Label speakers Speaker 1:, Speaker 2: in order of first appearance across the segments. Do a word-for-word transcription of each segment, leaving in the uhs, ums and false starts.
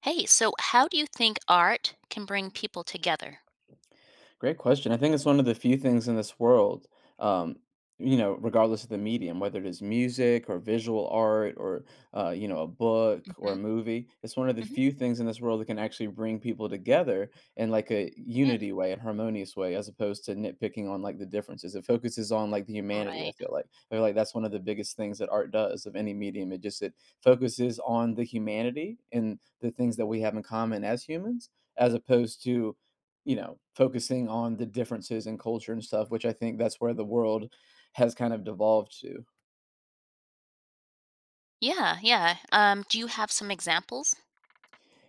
Speaker 1: Hey, so how do you think art can bring people together?
Speaker 2: Great question. I think it's one of the few things in this world, um, you know, regardless of the medium, whether it is music or visual art or, uh, you know, a book or a
Speaker 1: Mhm,
Speaker 2: movie, it's one of the
Speaker 1: mhm,
Speaker 2: few things in this world that can actually bring people together in like a
Speaker 1: yeah,
Speaker 2: unity way and harmonious way, as opposed to nitpicking on like the differences. It focuses on like the humanity, I
Speaker 1: right.
Speaker 2: feel like. I feel like that's one of the biggest things that art does of any medium. It just, it focuses on the humanity and the things that we have in common as humans, as opposed to you know, focusing on the differences in culture and stuff, which I think that's where the world has kind of devolved to.
Speaker 1: Yeah, yeah, um, do you have some examples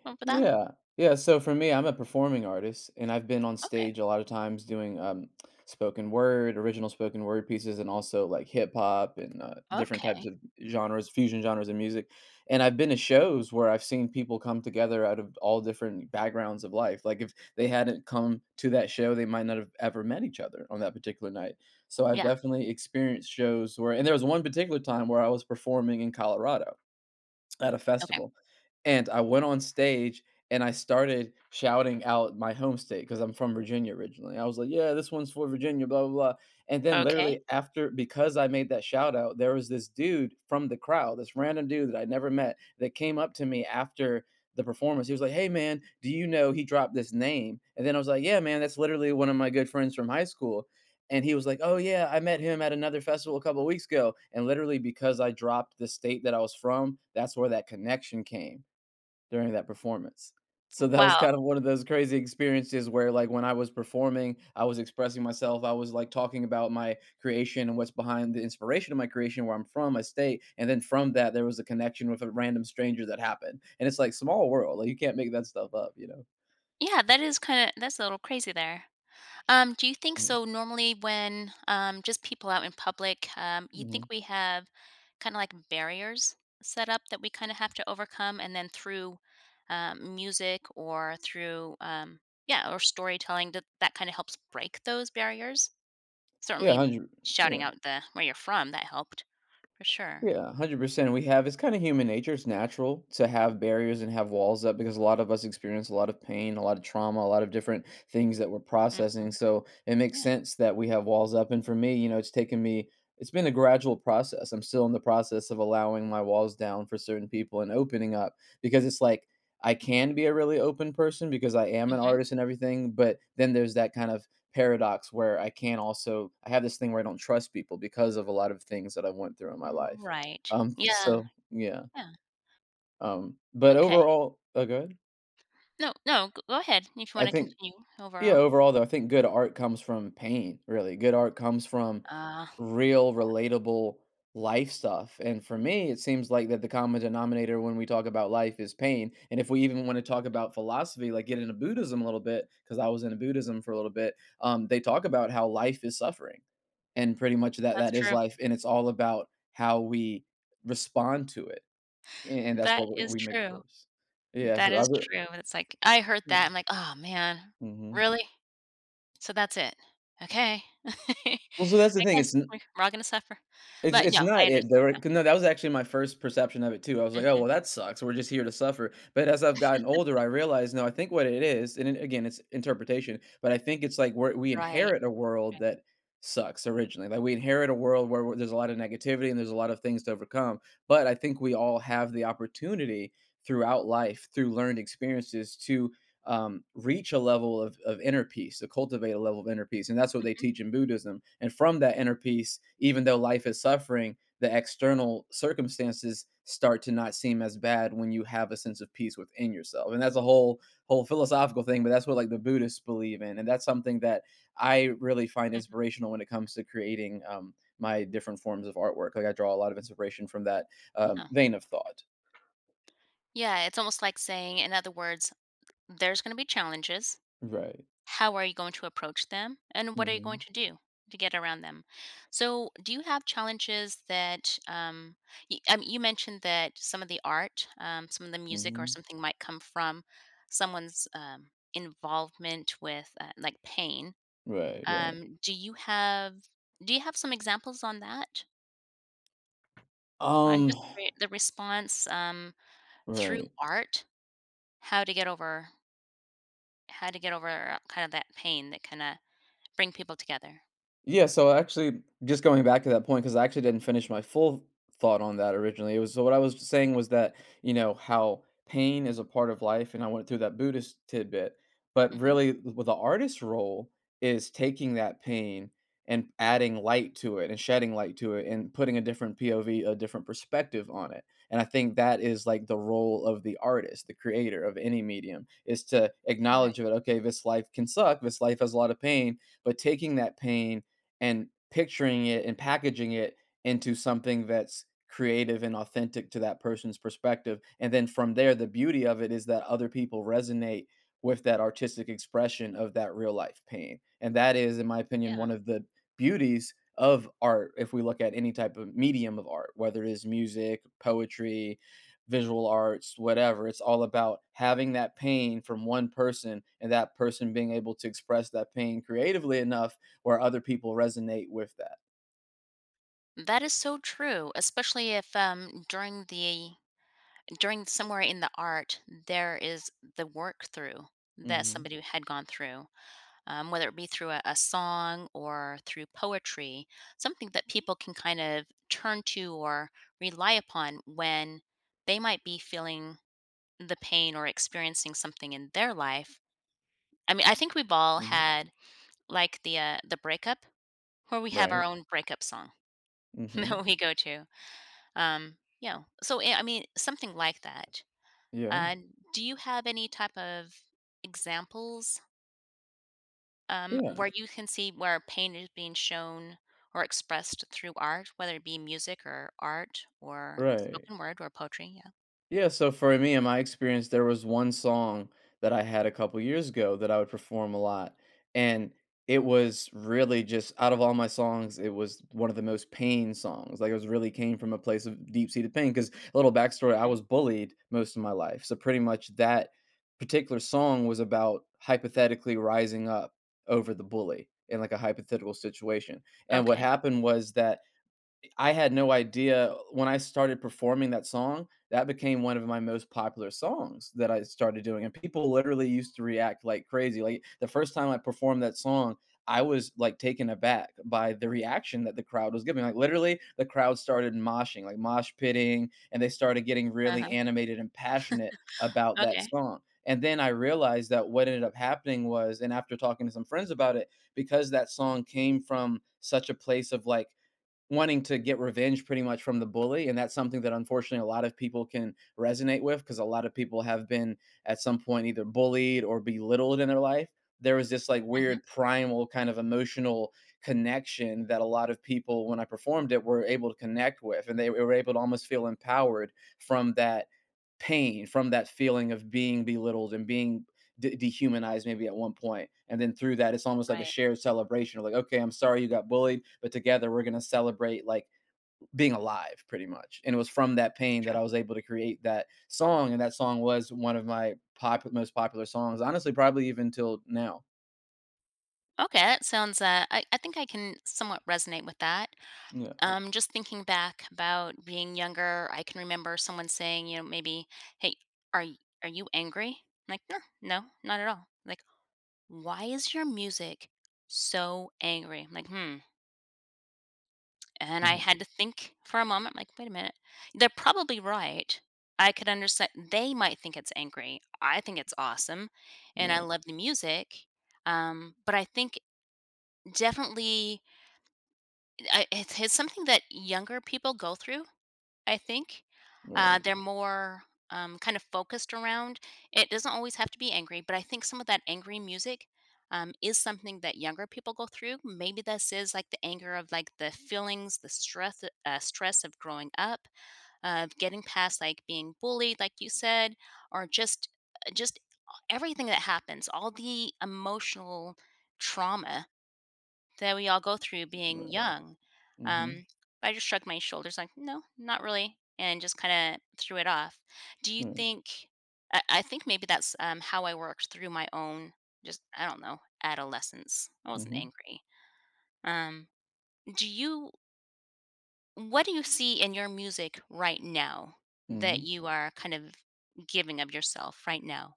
Speaker 1: of that?
Speaker 2: Yeah. Yeah, so for me, I'm a performing artist, and I've been on
Speaker 1: Okay,
Speaker 2: stage a lot of times doing, um, spoken word, original spoken word pieces, and also, like, hip hop and, uh, different types
Speaker 1: okay.
Speaker 2: of genres, fusion genres of music, and I've been to shows where I've seen people come together out of all different backgrounds of life, like, if they hadn't come to that show, they might not have ever met each other on that particular night, so I've
Speaker 1: Yeah,
Speaker 2: definitely experienced shows where and there was one particular time where I was performing in Colorado at a
Speaker 1: okay,
Speaker 2: festival, and I went on stage and I started shouting out my home state because 'cause I'm from Virginia originally. I was like, "Yeah, this one's for Virginia, blah, blah, blah," and then
Speaker 1: okay.
Speaker 2: literally after because I made that shout out, there was this dude from the crowd, this random dude that I never met that came up to me after the performance. He was like, "Hey, man, do you know" he dropped this name, and then I was like, "Yeah, man, that's literally one of my good friends from high school." And he was like, "Oh yeah, I met him at another festival a couple of weeks ago." And literally because I dropped the state that I was from, that's where that connection came during that performance. So that was
Speaker 1: Wow.
Speaker 2: kind of one of those crazy experiences where like when I was performing, I was expressing myself, I was like talking about my creation and what's behind the inspiration of my creation, where I'm from, my state, and then from that there was a connection with a random stranger that happened. And it's like small world, like you can't make that stuff up, you know.
Speaker 1: Yeah, that is kinda that's a little crazy there. Um, do you think
Speaker 2: Mhm,
Speaker 1: so? Normally, when um, just people out in public, um, you
Speaker 2: mhm.
Speaker 1: think we have kind of like barriers set up that we kind of have to overcome, and then through um, music or through um, yeah, or storytelling, that that kind of helps break those barriers.
Speaker 2: Yeah,
Speaker 1: Certainly,
Speaker 2: one hundred yeah.
Speaker 1: shouting out the where you're from that helped for sure.
Speaker 2: Yeah, one hundred percent we have it's kinda human nature, it's natural to have barriers and have walls up because a lot of us experience a lot of pain, a lot of trauma, a lot of different things that we're processing,
Speaker 1: Hmm.
Speaker 2: so it makes
Speaker 1: Yeah.
Speaker 2: sense that we have walls up, and for me, you know, it's taken me it's been a gradual process, I'm still in the process of allowing my walls down for certain people and opening up because it's like, I can be a really open person because I am an
Speaker 1: Hmm.
Speaker 2: artist and everything, but then there's that kind of paradox where I can also I have this thing where I don't trust people because of a lot of things that I went through in my life.
Speaker 1: Right.
Speaker 2: Um,
Speaker 1: Yeah.
Speaker 2: so yeah,
Speaker 1: Yeah.
Speaker 2: um, but
Speaker 1: Okay.
Speaker 2: overall oh, go
Speaker 1: No. No. Go go ahead if you
Speaker 2: I
Speaker 1: want to
Speaker 2: think
Speaker 1: continue
Speaker 2: yeah,
Speaker 1: overall.
Speaker 2: overall though, I think good art comes from pain, really. Good art comes from
Speaker 1: Uh,
Speaker 2: real, relatable life stuff, and for me, it seems like that the common denominator when we talk about life is pain, and if we even wanna talk about philosophy, like, get into Buddhism a little bit, because I was into Buddhism for a little bit, um, they talk about how life is suffering, and pretty much that
Speaker 1: that's
Speaker 2: that is
Speaker 1: true.
Speaker 2: life, and it's all about how we respond to it. And and that's
Speaker 1: That
Speaker 2: what
Speaker 1: is
Speaker 2: we we make it
Speaker 1: true.
Speaker 2: worse. Yeah,
Speaker 1: That
Speaker 2: so I
Speaker 1: is
Speaker 2: re
Speaker 1: true. It's like, I heard
Speaker 2: yeah,
Speaker 1: that, I'm like, "Oh, man.
Speaker 2: mhm.
Speaker 1: Really? So that's it. Okay." I
Speaker 2: Well, so that's the thing,
Speaker 1: guess
Speaker 2: it's n
Speaker 1: we're we're all gonna suffer.
Speaker 2: it's
Speaker 1: But
Speaker 2: it's
Speaker 1: no, I
Speaker 2: not it
Speaker 1: understand.
Speaker 2: though, right? 'Cause no, that was actually my first perception of it too. I was like, "Oh, well,
Speaker 1: Mhm.
Speaker 2: that sucks. We're just here to suffer." But as I've gotten older, I realized, no, I think what it is and then again, it's interpretation, but I think it's like we're we
Speaker 1: Right,
Speaker 2: inherit a world
Speaker 1: right.
Speaker 2: that sucks originally. Like, we inherit a world where where there's a lot of negativity and there's a lot of things to overcome, but I think we all have the opportunity throughout life, through learned experiences, to um, reach a level of, of inner peace, to cultivate a level of inner peace. And that's what they
Speaker 1: Mhm,
Speaker 2: teach in Buddhism. And from that inner peace, even though life is suffering, the external circumstances start to not seem as bad when you have a sense of peace within yourself. And that's a whole whole philosophical thing, but that's what like the Buddhists believe in. And that's something that I really find
Speaker 1: mhm.
Speaker 2: inspirational when it comes to creating um, my different forms of artwork. Like I draw a lot of inspiration from that um,
Speaker 1: Yeah.
Speaker 2: vein of thought.
Speaker 1: Yeah, it's almost like saying, in other words, "There's gonna be challenges."
Speaker 2: Right.
Speaker 1: How are you going to approach them and what are you going
Speaker 2: Hmm.
Speaker 1: to do to get around them? So do you have challenges that, um, you, um, you mentioned that some of the art, um, some of the music or
Speaker 2: Hmm.
Speaker 1: something might come from someone's, um, involvement with uh, like pain.
Speaker 2: Right. Right.
Speaker 1: um, do you have do you have some examples on that, on
Speaker 2: Um.
Speaker 1: just re- the response, um, through
Speaker 2: Right.
Speaker 1: art, how to get over how to get over uh, kind of that pain that kind of bring people together?
Speaker 2: Yeah, so actually, just going back to that point, because I actually didn't finish my full thought on that originally. It was so what I was saying was that, you know, how pain is a part of life, and I went through that Buddhist tidbit. But
Speaker 1: Hmm.
Speaker 2: really, with the artist's role is taking that pain and adding light to it and shedding light to it and putting a different P O V, a different perspective on it. And I think that is like the role of the artist, the creator of any medium, is to acknowledge that, okay, this life can suck, this life has a lot of pain, but taking that pain and picturing it and packaging it into something that's creative and authentic to that person's perspective. And then from there, the beauty of it is that other people resonate with that artistic expression of that real life pain. And that is, in my opinion,
Speaker 1: Yeah,
Speaker 2: one of the beauties of art if we look at any type of medium of art, whether it is music, poetry, visual arts, whatever. It's all about having that pain from one person and that person being able to express that pain creatively enough or other people resonate with that.
Speaker 1: that is so true, especially if um, during the during somewhere in the art there is the work through that
Speaker 2: Mhm,
Speaker 1: somebody had gone through, um, whether it be through a, a song or through poetry, something that people can kind of turn to or rely upon when they might be feeling the pain or experiencing something in their life. I mean, I think we've all
Speaker 2: mhm,
Speaker 1: had like the uh, the breakup where we have our
Speaker 2: right,
Speaker 1: own breakup song
Speaker 2: mhm,
Speaker 1: that we go to. Um, you know, so eh, I mean, something like that.
Speaker 2: yeah,
Speaker 1: Uh, do you have any type of examples, um,
Speaker 2: yeah,
Speaker 1: where you can see where pain is being shown or expressed through art, whether it be music or art or
Speaker 2: right.
Speaker 1: spoken word or poetry? Yeah.
Speaker 2: Yeah, so for me, in my experience, there was one song that I had a couple years ago that I would perform a lot. And it was really just out of all my songs, it was one of the most pain songs. Like it was really came from a place of deep seated pain. Because a little backstory, I
Speaker 1: Okay.
Speaker 2: was bullied most of my life. So pretty much that particular song was about hypothetically rising up over the bully in like a hypothetical situation. And what
Speaker 1: Okay.
Speaker 2: happened was that I had no idea when I started performing that song, that became one of my most popular songs that I started doing, and people literally used to react like crazy. Like, the first time I performed that song, I was, like, taken aback by the reaction that the crowd was giving. Like, literally, the crowd started moshing, like, mosh pitting, and they started getting
Speaker 1: Uh
Speaker 2: really
Speaker 1: huh.
Speaker 2: animated and passionate about that
Speaker 1: Okay.
Speaker 2: song, and then I realized that what ended up happening was and after talking to some friends about it, because that song came from such a place of, like, wanting to get revenge pretty much from the bully and that's something that unfortunately a lot of people can resonate with because a lot of people have been at some point either bullied or belittled in their life there was this like
Speaker 1: Hmm.
Speaker 2: weird primal kind of emotional connection that a lot of people when I performed it were able to connect with and they were able to almost feel empowered from that pain from that feeling of being belittled and being de- dehumanized maybe at one point and then through that it's almost like a
Speaker 1: Right.
Speaker 2: shared celebration of like okay I'm sorry you got bullied but together we're going to celebrate like being alive pretty much and it was from that
Speaker 1: That's
Speaker 2: pain that
Speaker 1: true.
Speaker 2: I was able to create that song and that song was one of my pop- most popular songs honestly probably even till now
Speaker 1: Okay. That sounds. Uh, I I think I can somewhat resonate with that.
Speaker 2: yeah
Speaker 1: Um, just thinking back about being younger, I can remember someone saying, you know, maybe, "Hey, are y- are you angry?" I'm like, no, no, not at all. Like, why is your music so angry? I'm like, hmm. And I
Speaker 2: right
Speaker 1: had to think for a moment. I'm like, wait a minute, they're probably right. I could understand. They might think it's angry. I think it's awesome, and I
Speaker 2: right
Speaker 1: love the music. Um, but I think definitely I, it's, it's something that younger people go through I think. Uh,
Speaker 2: right
Speaker 1: they're more um, kind of focused around. It doesn't always have to be angry, but I think some of that angry music, um, is something that younger people go through. Maybe this is like the anger of like the feelings, the stress, uh, stress of growing up, of getting past like being bullied, like you said, or just uh, just everything that happens, all the emotional trauma that we all go through being
Speaker 2: right
Speaker 1: young.
Speaker 2: mm-hmm
Speaker 1: Um, I just shrugged my shoulders, like, no, not really, and just kind of threw it off. Do you
Speaker 2: right
Speaker 1: think? I, I think maybe that's um, how I worked through my own, just I don't know, adolescence. I wasn't
Speaker 2: mm-hmm
Speaker 1: angry. Um, do you? What do you see in your music right now that
Speaker 2: mm-hmm
Speaker 1: you are kind of giving of yourself right now?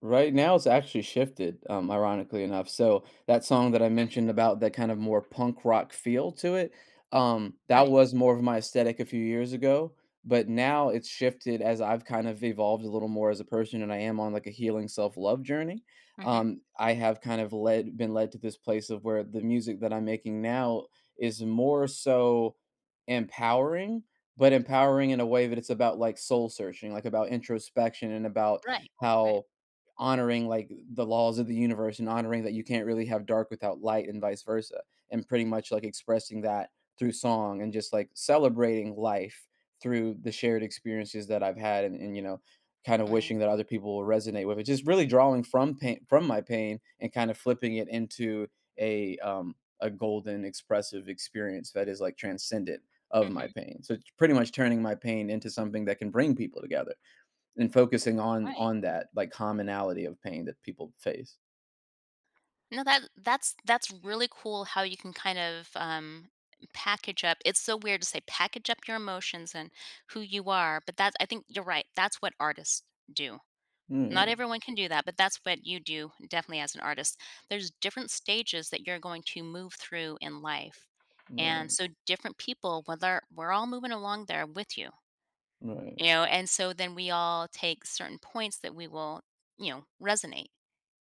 Speaker 2: Right now, it's actually shifted, um, ironically enough. So that song that I
Speaker 1: Mhm.
Speaker 2: mentioned about that kind of more punk rock feel to it, um, that
Speaker 1: Right.
Speaker 2: was more of my aesthetic a few years ago. But now it's shifted as I've kind of evolved a little more as a person, and I am on like a healing self love journey.
Speaker 1: Hmm.
Speaker 2: Um, I have kind of led been led to this place of where the music that I'm making now is more so empowering, but empowering in a way that it's about like soul searching, like about introspection and about
Speaker 1: Right. Right.
Speaker 2: how honoring like the laws of the universe and honoring that you can't really have dark without light and vice versa, and pretty much like expressing that through song and just like celebrating life through the shared experiences that I've had, and, and you know, kind of
Speaker 1: Right.
Speaker 2: wishing that other people will resonate with it, just really drawing from pain, from my pain, and kind of flipping it into a um a golden expressive experience that is like transcendent of my
Speaker 1: Hmm.
Speaker 2: pain. So it's pretty much turning my pain into something that can bring people together and focusing on
Speaker 1: Right.
Speaker 2: on that like commonality of pain that people face.
Speaker 1: No, that that's that's really cool how you can kind of um, package up. It's so weird to say package up your emotions and who you are, but that's I think you're right. That's what artists do. Not
Speaker 2: Right,
Speaker 1: everyone can do that, but that's what you do definitely as an artist. There's different stages that you're going to move through in life.
Speaker 2: right,
Speaker 1: And so different people, whether we're all moving along there with you,
Speaker 2: right,
Speaker 1: you know, and so then we all take certain points that we will, you know, resonate,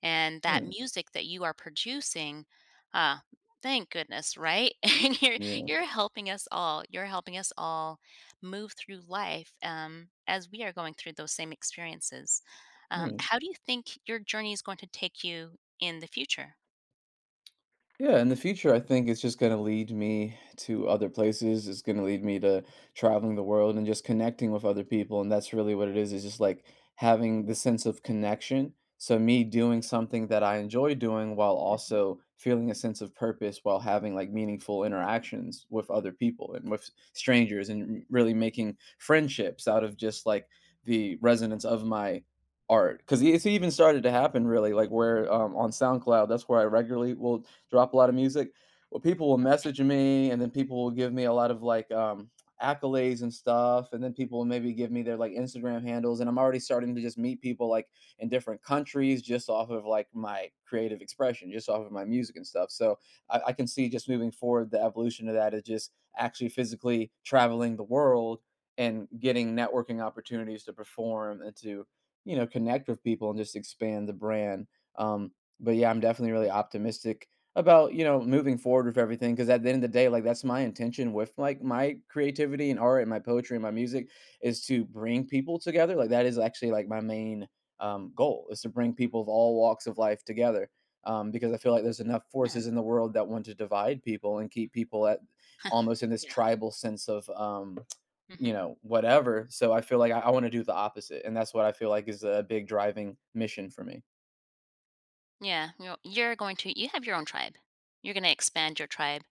Speaker 1: and
Speaker 2: right,
Speaker 1: that
Speaker 2: right,
Speaker 1: music that you are producing, uh thank goodness, right? And you're
Speaker 2: yeah,
Speaker 1: you're helping us all, you're helping us all move through life, um as we are going through those same experiences. um
Speaker 2: right.
Speaker 1: how do you think your journey is going to take you in the future?
Speaker 2: Yeah, in the future, I think it's just going to lead me to other places. It's going to lead me to traveling the world and just connecting with other people. And that's really what it is. It's just like having the sense of connection. So me doing something that I enjoy doing while
Speaker 1: Hmm.
Speaker 2: also feeling a sense of purpose, while having like meaningful interactions with other people and with strangers, and really making friendships out of just like the resonance of my art, because it's even started to happen really, like, where, um, on SoundCloud, that's where I regularly will drop a lot of music. Well, people will
Speaker 1: Okay.
Speaker 2: message me, and then people will give me a lot of, like, um, accolades and stuff, and then people will maybe give me their, like, Instagram handles, and I'm already starting to just meet people, like, in different countries just off of, like, my creative expression, just off of my music and stuff. So I I can see, just moving forward, the evolution of that is just actually physically traveling the world and getting networking opportunities to perform and to, you know, connect with people and just expand the brand. Um, but yeah, I'm definitely really optimistic about, you know, moving forward with everything, because at the end of the day, like, that's my intention with like my creativity and art and my poetry and my music is to bring people together. Like that is actually like my main um, goal is to bring people of all walks of life together. Um, because I feel like there's enough
Speaker 1: Yeah.
Speaker 2: forces in the world that want to divide people and keep people at, almost in this
Speaker 1: Yeah.
Speaker 2: tribal sense of um, you
Speaker 1: Hmm.
Speaker 2: know, whatever. So I feel like I, I want to do the opposite, and that's what I feel like is a big driving mission for me.
Speaker 1: Yeah, you're, you're going to, you have your own tribe, you're going to expand your tribe.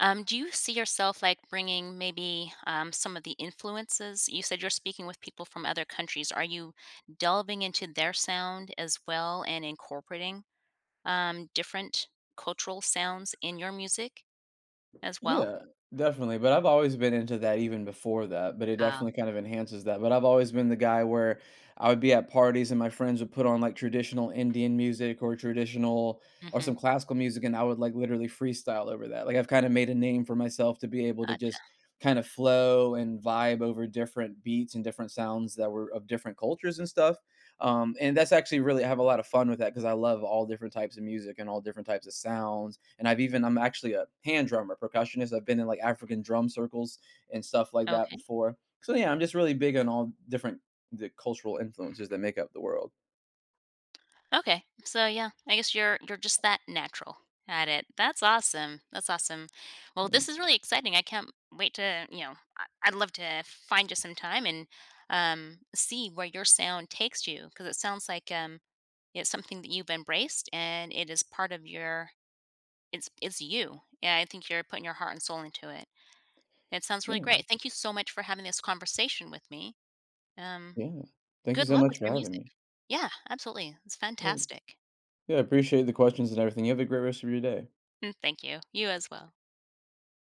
Speaker 1: Um, do you see yourself like bringing maybe um, some of the influences? You said you're speaking with people from other countries. Are you delving into their sound as well and incorporating um, different cultural sounds in your music as well?
Speaker 2: Yeah, definitely. But I've always been into that even before that, but it
Speaker 1: Ah,
Speaker 2: definitely kind of enhances that. But I've always been the guy where I would be at parties and my friends would put on like traditional Indian music or traditional or some
Speaker 1: mm-hmm.
Speaker 2: classical music, and I would like literally freestyle over that. Like I've kind of made a name for myself to be able to just
Speaker 1: Gotcha.
Speaker 2: kind of flow and vibe over different beats and different sounds that were of different cultures and stuff. Um, and that's actually really, I have a lot of fun with that because I love all different types of music and all different types of sounds. And I've even, I'm actually a hand drummer, percussionist. I've been in like African drum circles and stuff like that
Speaker 1: Okay.
Speaker 2: before. So yeah, I'm just really big on all different the cultural influences that make up the world.
Speaker 1: Okay. So yeah, I guess you're you're just that natural at it. That's awesome. That's awesome. Well,
Speaker 2: Mm,
Speaker 1: this is really exciting. I can't wait to, you know, I- I'd love to find you some time and um see where your sound takes you, because it sounds like um it's something that you've embraced and it is part of your, it's it's you. Yeah, I think you're putting your heart and soul into it. It sounds really
Speaker 2: yeah,
Speaker 1: great. Thank you so much for having this conversation with me. Um
Speaker 2: yeah. Thank you
Speaker 1: good
Speaker 2: so
Speaker 1: luck
Speaker 2: much
Speaker 1: with
Speaker 2: for
Speaker 1: your
Speaker 2: having
Speaker 1: music.
Speaker 2: me.
Speaker 1: Yeah, absolutely. It's
Speaker 2: Yeah,
Speaker 1: fantastic.
Speaker 2: yeah. Appreciate the questions and everything. You have a great rest of your day.
Speaker 1: Mm, thank you. You as well.